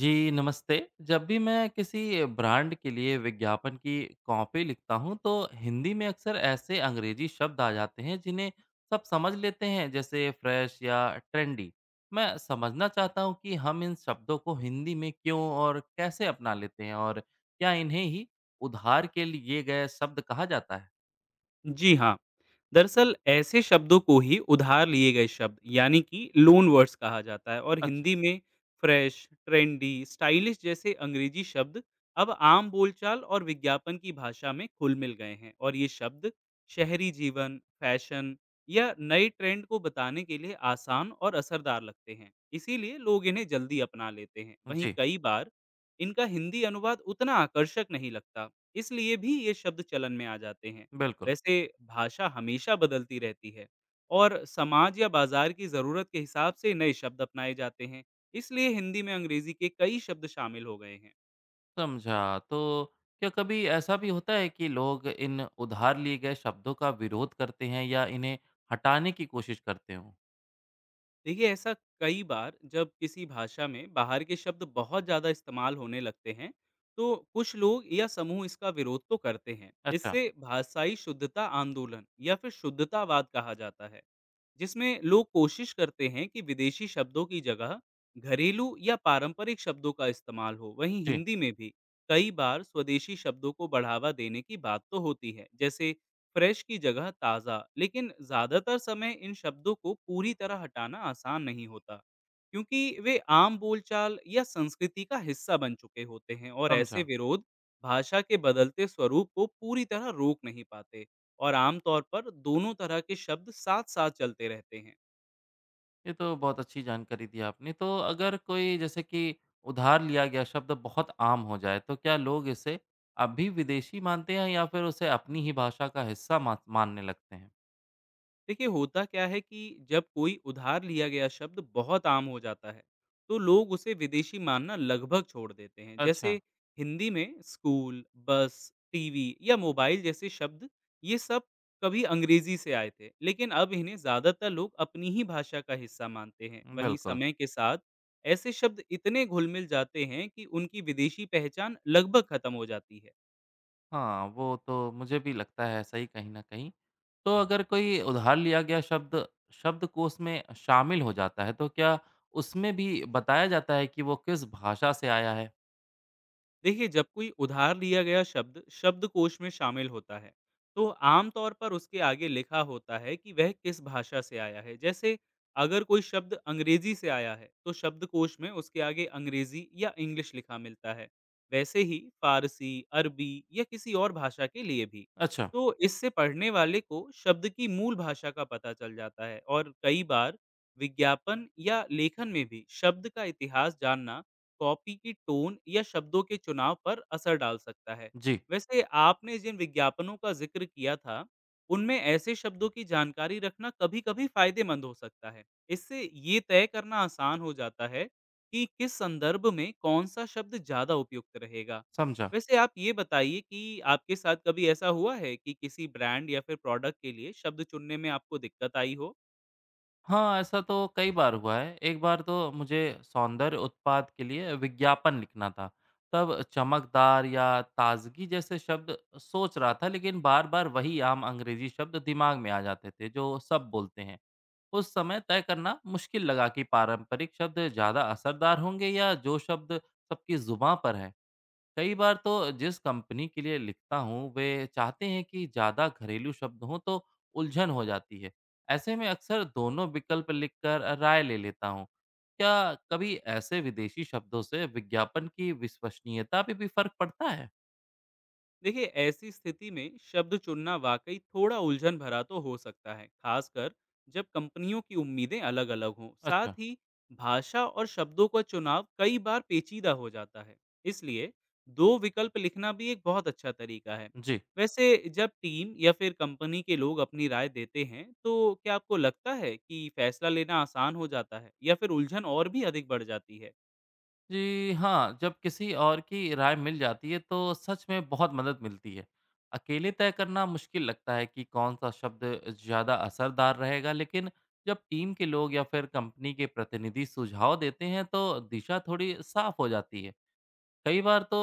जी नमस्ते। जब भी मैं किसी ब्रांड के लिए विज्ञापन की कॉपी लिखता हूँ तो हिंदी में अक्सर ऐसे अंग्रेजी शब्द आ जाते हैं जिन्हें सब समझ लेते हैं, जैसे फ्रेश या ट्रेंडी। मैं समझना चाहता हूँ कि हम इन शब्दों को हिंदी में क्यों और कैसे अपना लेते हैं, और क्या इन्हें ही उधार के लिए गए शब्द कहा जाता है? जी हाँ। दरअसल ऐसे शब्दों को ही उधार लिए गए शब्द यानी कि लोन वर्ड्स कहा जाता है, और अच्छा। हिंदी में फ्रेश, ट्रेंडी, स्टाइलिश जैसे अंग्रेजी शब्द अब आम बोलचाल और विज्ञापन की भाषा में घुल मिल गए हैं। और ये शब्द शहरी जीवन, फैशन या नए ट्रेंड को बताने के लिए आसान और असरदार लगते हैं। इसीलिए लोग इन्हें जल्दी अपना लेते हैं। वहीं जी। कई बार इनका हिंदी अनुवाद उतना आकर्षक नहीं लगता, इसलिए भी ये शब्द चलन में आ जाते हैं। बिल्कुल। वैसे भाषा हमेशा बदलती रहती है, और समाज या बाजार की ज़रूरत के हिसाब से नए शब्द अपनाए जाते हैं। इसलिए हिंदी में अंग्रेजी के कई शब्द शामिल हो गए हैं। समझा। तो क्या कभी ऐसा भी होता है कि लोग इन उधार लिए गए शब्दों का विरोध करते हैं या इन्हें हटाने की कोशिश करते हों? देखिए, ऐसा कई बार जब किसी भाषा में बाहर के शब्द बहुत ज़्यादा इस्तेमाल होने लगते हैं, तो कुछ लोग या समूह इसका विरोध तो करते हैं। अच्छा, इससे भाषाई शुद्धता आंदोलन या फिर शुद्धतावाद कहा जाता है, जिसमें लोग कोशिश करते हैं कि विदेशी शब्दों की जगह घरेलू या पारंपरिक शब्दों का इस्तेमाल हो। वहीं जी, हिंदी में भी कई बार स्वदेशी शब्दों को बढ़ावा देने की बात तो होती है, जैसे फ्रेश की जगह ताज़ा। लेकिन ज़्यादातर समय इन शब्दों को पूरी तरह हटाना आसान नहीं होता, क्योंकि वे आम बोलचाल या संस्कृति का हिस्सा बन चुके होते हैं। और ऐसे समझा। विरोध भाषा के बदलते स्वरूप को पूरी तरह रोक नहीं पाते, और आमतौर पर दोनों तरह के शब्द साथ साथ चलते रहते हैं। ये तो बहुत अच्छी जानकारी दी आपने। तो अगर कोई जैसे कि उधार लिया गया शब्द बहुत आम हो जाए, तो क्या लोग इसे अब भी विदेशी मानते हैं या फिर उसे अपनी ही भाषा का हिस्सा मा मानने लगते हैं? देखिए, होता क्या है कि जब कोई उधार लिया गया शब्द बहुत आम हो जाता है, तो लोग उसे विदेशी मानना लगभग छोड़ देते हैं। जैसे अच्छा, हिंदी में स्कूल, बस, टीवी या मोबाइल जैसे शब्द, ये सब कभी अंग्रेजी से आए थे, लेकिन अब इन्हें ज़्यादातर लोग अपनी ही भाषा का हिस्सा मानते हैं। वहीं बिल्कुल। समय के साथ ऐसे शब्द इतने घुल मिल जाते हैं कि उनकी विदेशी पहचान लगभग खत्म हो जाती है। हाँ, वो तो मुझे भी लगता है ऐसा ही कहीं न कहीं। तो अगर कोई उधार लिया गया शब्द शब्दकोश में शामिल हो जाता है, तो क्या उसमें भी बताया जाता है कि वो किस भाषा से आया है? देखिए, जब कोई उधार लिया गया शब्द शब्दकोश में शामिल होता है, तो आमतौर पर उसके आगे लिखा होता है कि वह किस भाषा से आया है। जैसे अगर कोई शब्द अंग्रेजी से आया है, तो शब्दकोश में उसके आगे अंग्रेजी या इंग्लिश लिखा मिलता है। वैसे ही फारसी, अरबी या किसी और भाषा के लिए भी। अच्छा, तो इससे पढ़ने वाले को शब्द की मूल भाषा का पता चल जाता है। और कई बार विज्ञापन या लेखन में भी शब्द का इतिहास जानना कॉपी की टोन या शब्दों के चुनाव पर असर डाल सकता है। जी, वैसे, आपने जिन विज्ञापनों का जिक्र किया था, उनमें ऐसे शब्दों की जानकारी रखना कभी-कभी फायदेमंद हो सकता है। इससे ये तय करना आसान हो जाता है कि किस संदर्भ में कौन-सा शब्द ज़्यादा उपयुक्त रहेगा। समझा। वैसे आप ये बताइए कि आपके साथ कभी ऐसा हुआ है कि किसी ब्रांड या फिर प्रोडक्ट के लिए शब्द चुनने में आपको दिक्कत आई हो? हाँ, ऐसा तो कई बार हुआ है। एक बार तो मुझे सौंदर्य उत्पाद के लिए विज्ञापन लिखना था। तब चमकदार या ताज़गी जैसे शब्द सोच रहा था, लेकिन बार-बार वही आम अंग्रेज़ी शब्द दिमाग में आ जाते थे, जो सब बोलते हैं। उस समय तय करना मुश्किल लगा कि पारंपरिक शब्द ज़्यादा असरदार होंगे या जो शब्द सबकी जुबां पर हैं। कई बार तो जिस कंपनी के लिए लिखता हूँ वे चाहते हैं कि ज़्यादा घरेलू शब्द हों तो उलझन हो जाती है। ऐसे में अक्सर दोनों विकल्प लिखकर राय ले लेता हूँ। क्या कभी ऐसे विदेशी शब्दों से विज्ञापन की विश्वसनीयता पे भी फर्क पड़ता है? देखिए, ऐसी स्थिति में शब्द चुनना वाकई थोड़ा उलझन भरा तो हो सकता है, खासकर जब कंपनियों की उम्मीदें अलग अलग हों। साथ अच्छा, ही भाषा और शब्दों का चुनाव कई बार पेचीदा हो जाता है, इसलिए दो विकल्प लिखना भी एक बहुत अच्छा तरीका है। जी। वैसे जब टीम या फिर कंपनी के लोग अपनी राय देते हैं, तो क्या आपको लगता है कि फैसला लेना आसान हो जाता है या फिर उलझन और भी अधिक बढ़ जाती है? जी हाँ, जब किसी और की राय मिल जाती है तो सच में बहुत मदद मिलती है। अकेले तय करना मुश्किल लगता है कि कौन-सा शब्द ज़्यादा असरदार रहेगा, लेकिन जब टीम के लोग या फिर कंपनी के प्रतिनिधि सुझाव देते हैं तो दिशा थोड़ी साफ हो जाती है। कई बार तो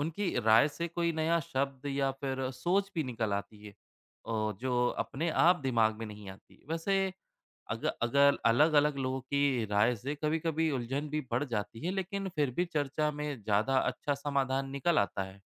उनकी राय से कोई नया शब्द या फिर सोच भी निकल आती है, और जो अपने आप दिमाग में नहीं आती। वैसे अग अगर अलग-अलग लोगों की राय से कभी-कभी उलझन भी बढ़ जाती है, लेकिन फिर भी चर्चा में ज़्यादा अच्छा समाधान निकल आता है।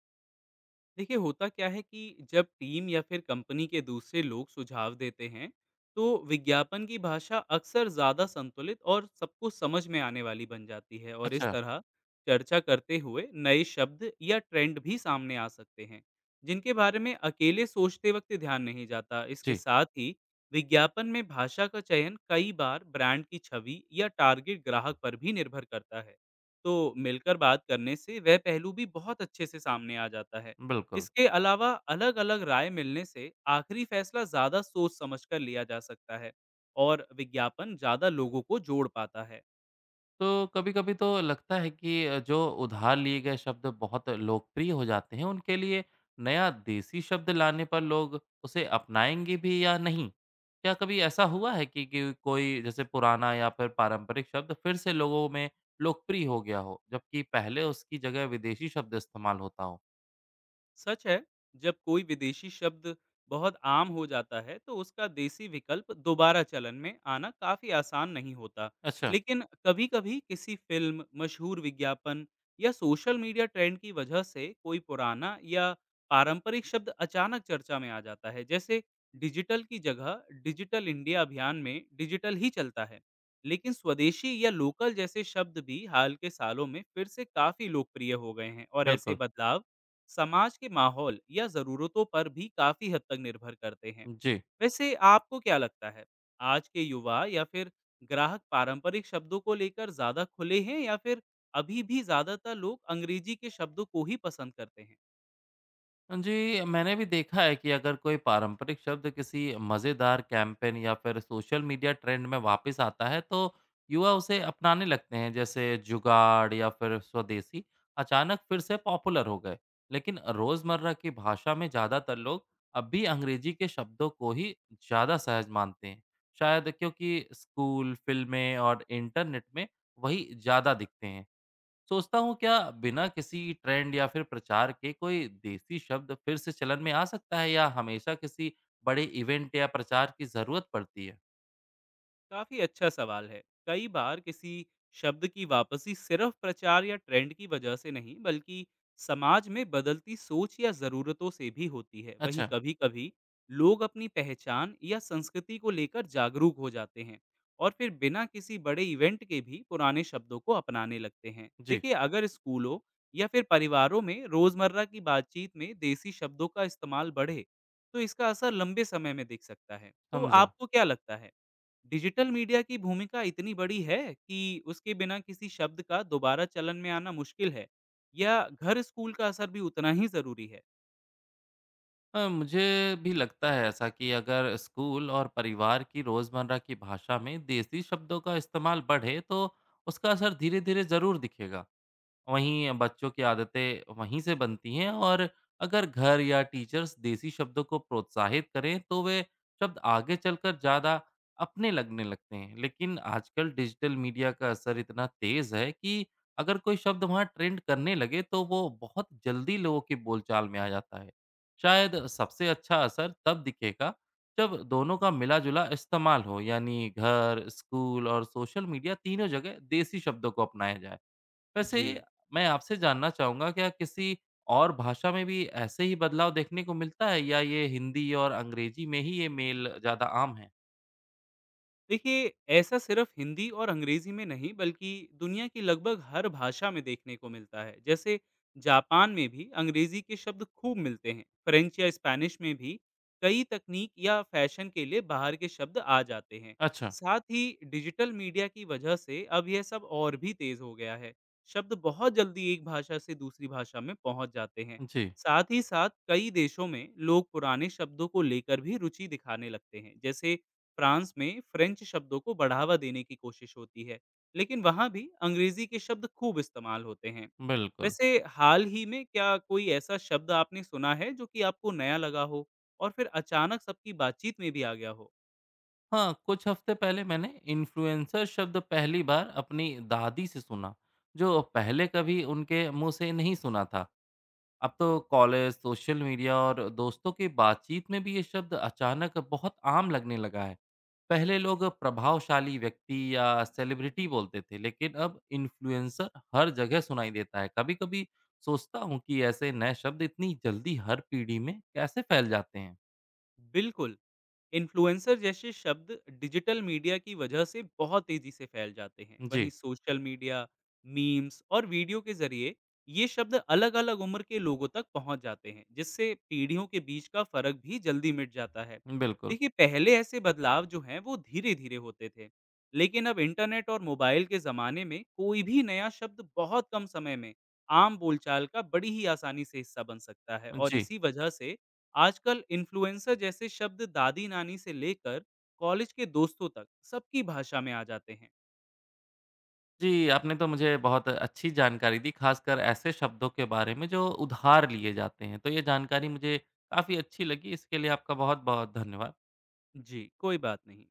देखिए, होता क्या है कि जब टीम या फिर कंपनी के दूसरे लोग सुझाव देते हैं, तो विज्ञापन की भाषा अक्सर ज़्यादा संतुलित और सबको समझ में आने वाली बन जाती है। और इस अच्छा, तरह चर्चा करते हुए नए शब्द या ट्रेंड भी सामने आ सकते हैं, जिनके बारे में अकेले सोचते वक्त ध्यान नहीं जाता। इसके जी, साथ ही विज्ञापन में भाषा का चयन कई बार ब्रांड की छवि या टारगेट ग्राहक पर भी निर्भर करता है, तो मिलकर बात करने से वह पहलू भी बहुत अच्छे से सामने आ जाता है। बिल्कुल। इसके अलावा अलग-अलग राय मिलने से आखिरी फैसला ज़्यादा सोच समझकर लिया जा सकता है, और विज्ञापन ज़्यादा लोगों को जोड़ पाता है। तो कभी-कभी तो लगता है कि जो उधार लिए गए शब्द बहुत लोकप्रिय हो जाते हैं, उनके लिए नया देसी शब्द लाने पर लोग उसे अपनाएँगे भी या नहीं? क्या कभी ऐसा हुआ है कि कोई जैसे पुराना या फिर पारंपरिक शब्द फिर से लोगों में लोकप्रिय हो गया हो, जबकि पहले उसकी जगह विदेशी शब्द इस्तेमाल होता हो? सच है, जब कोई विदेशी शब्द बहुत आम हो जाता है, तो उसका देसी विकल्प दोबारा चलन में आना काफी आसान नहीं होता। अच्छा, लेकिन कभी-कभी किसी फिल्म, मशहूर विज्ञापन या सोशल मीडिया ट्रेंड की वजह से कोई पुराना या पारंपरिक शब्द अचानक चर्चा में आ जाता है। जैसे डिजिटल की जगह डिजिटल इंडिया अभियान में डिजिटल ही चलता है, लेकिन स्वदेशी या लोकल जैसे शब्द भी हाल के सालों में फिर से काफी लोकप्रिय हो गए हैं। और ऐसे बिल्कुल। बदलाव समाज के माहौल या ज़रूरतों पर भी काफ़ी हद तक निर्भर करते हैं। जी। वैसे आपको क्या लगता है, आज के युवा या फिर ग्राहक पारंपरिक शब्दों को लेकर ज़्यादा खुले हैं, या फिर अभी भी ज़्यादातर लोग अंग्रेजी के शब्दों को ही पसंद करते हैं? जी, मैंने भी देखा है कि अगर कोई पारंपरिक शब्द किसी मज़ेदार कैंपेन या फिर सोशल मीडिया ट्रेंड में वापस आता है, तो युवा उसे अपनाने लगते हैं, जैसे जुगाड़ या फिर स्वदेशी अचानक फिर से पॉपुलर हो गए। लेकिन रोज़मर्रा की भाषा में ज़्यादातर लोग अब भी अंग्रेज़ी के शब्दों को ही ज़्यादा सहज मानते हैं, शायद क्योंकि स्कूल, फ़िल्में और इंटरनेट में वही ज़्यादा दिखते हैं। सोचता हूँ, क्या बिना किसी ट्रेंड या फिर प्रचार के कोई देसी शब्द फिर से चलन में आ सकता है या हमेशा किसी बड़े इवेंट या प्रचार की ज़रूरत पड़ती है? काफी अच्छा सवाल है। कई बार किसी शब्द की वापसी सिर्फ प्रचार या ट्रेंड की वजह से नहीं, बल्कि समाज में बदलती सोच या जरूरतों से भी होती है। वहीं अच्छा, कभी कभी लोग अपनी पहचान या संस्कृति को लेकर जागरूक हो जाते हैं, और फिर बिना किसी बड़े इवेंट के भी पुराने शब्दों को अपनाने लगते हैं। जी, देखिए, अगर स्कूलों या फिर परिवारों में रोजमर्रा की बातचीत में देसी शब्दों का इस्तेमाल बढ़े, तो इसका असर लंबे समय में दिख सकता है। तो समझा। आपको क्या लगता है, डिजिटल मीडिया की भूमिका इतनी बड़ी है कि उसके बिना किसी शब्द का दोबारा चलन में आना मुश्किल है, या घर स्कूल का असर भी उतना ही जरूरी है? मुझे भी लगता है ऐसा कि अगर स्कूल और परिवार की रोज़मर्रा की भाषा में देसी शब्दों का इस्तेमाल बढ़े तो उसका असर धीरे-धीरे ज़रूर दिखेगा। वहीं बच्चों की आदतें वहीं से बनती हैं, और अगर घर या टीचर्स देसी शब्दों को प्रोत्साहित करें तो वे शब्द आगे चलकर ज़्यादा अपने लगने लगते हैं। लेकिन आजकल डिजिटल मीडिया का असर इतना तेज़ है कि अगर कोई शब्द वहाँ ट्रेंड करने लगे तो वो बहुत जल्दी लोगों की बोलचाल में आ जाता है। शायद सबसे अच्छा असर तब दिखेगा जब दोनों का मिला जुला इस्तेमाल हो, यानी घर, स्कूल और सोशल मीडिया, तीनों जगह देसी शब्दों को अपनाया जाए। वैसे जी, मैं आपसे जानना चाहूँगा, क्या किसी और भाषा में भी ऐसे ही बदलाव देखने को मिलता है या ये हिंदी और अंग्रेजी में ही ये मेल ज़्यादा आम है? देखिए, ऐसा सिर्फ हिंदी और अंग्रेजी में नहीं, बल्कि दुनिया की लगभग हर भाषा में देखने को मिलता है। जैसे जापान में भी अंग्रेजी के शब्द खूब मिलते हैं, फ्रेंच या स्पेनिश में भी कई तकनीक या फैशन के लिए बाहर के शब्द आ जाते हैं। अच्छा, साथ ही डिजिटल मीडिया की वजह से अब यह सब और भी तेज हो गया है। शब्द बहुत जल्दी एक भाषा से दूसरी भाषा में पहुंच जाते हैं। जी, साथ ही साथ कई देशों में लोग पुराने शब्दों को लेकर भी रुचि दिखाने लगते हैं। जैसे फ्रांस में फ्रेंच शब्दों को बढ़ावा देने की कोशिश होती है, लेकिन वहाँ भी अंग्रेजी के शब्द खूब इस्तेमाल होते हैं। बिल्कुल। वैसे हाल ही में क्या कोई ऐसा शब्द आपने सुना है जो कि आपको नया लगा हो, और फिर अचानक सबकी बातचीत में भी आ गया हो? हाँ, कुछ हफ्ते पहले मैंने इन्फ्लुएंसर शब्द पहली बार अपनी दादी से सुना, जो पहले कभी उनके मुँह से नहीं सुना था। अब तो कॉलेज, सोशल मीडिया और दोस्तों की बातचीत में भी ये शब्द अचानक बहुत आम लगने लगा है। पहले लोग प्रभावशाली व्यक्ति या सेलिब्रिटी बोलते थे, लेकिन अब इन्फ्लुएंसर हर जगह सुनाई देता है। कभी कभी सोचता हूँ कि ऐसे नए शब्द इतनी जल्दी हर पीढ़ी में कैसे फैल जाते हैं। बिल्कुल। इन्फ्लुएंसर जैसे शब्द डिजिटल मीडिया की वजह से बहुत तेजी से फैल जाते हैं। वहीं जी, सोशल मीडिया, मीम्स और वीडियो के जरिए ये शब्द अलग अलग उम्र के लोगों तक पहुंच जाते हैं, जिससे पीढ़ियों के बीच का फर्क भी जल्दी मिट जाता है। बिल्कुल। देखिए, पहले ऐसे बदलाव जो हैं वो धीरे धीरे होते थे, लेकिन अब इंटरनेट और मोबाइल के ज़माने में कोई भी नया शब्द बहुत कम समय में आम बोलचाल का बड़ी ही आसानी से हिस्सा बन सकता है। और जी। इसी वजह से आजकल इन्फ्लुएंसर जैसे शब्द दादी नानी से लेकर कॉलेज के दोस्तों तक सबकी भाषा में आ जाते हैं। जी, आपने तो मुझे बहुत अच्छी जानकारी दी, खासकर ऐसे शब्दों के बारे में जो उधार लिए जाते हैं। तो ये जानकारी मुझे काफ़ी अच्छी लगी, इसके लिए आपका बहुत बहुत धन्यवाद। जी, कोई बात नहीं।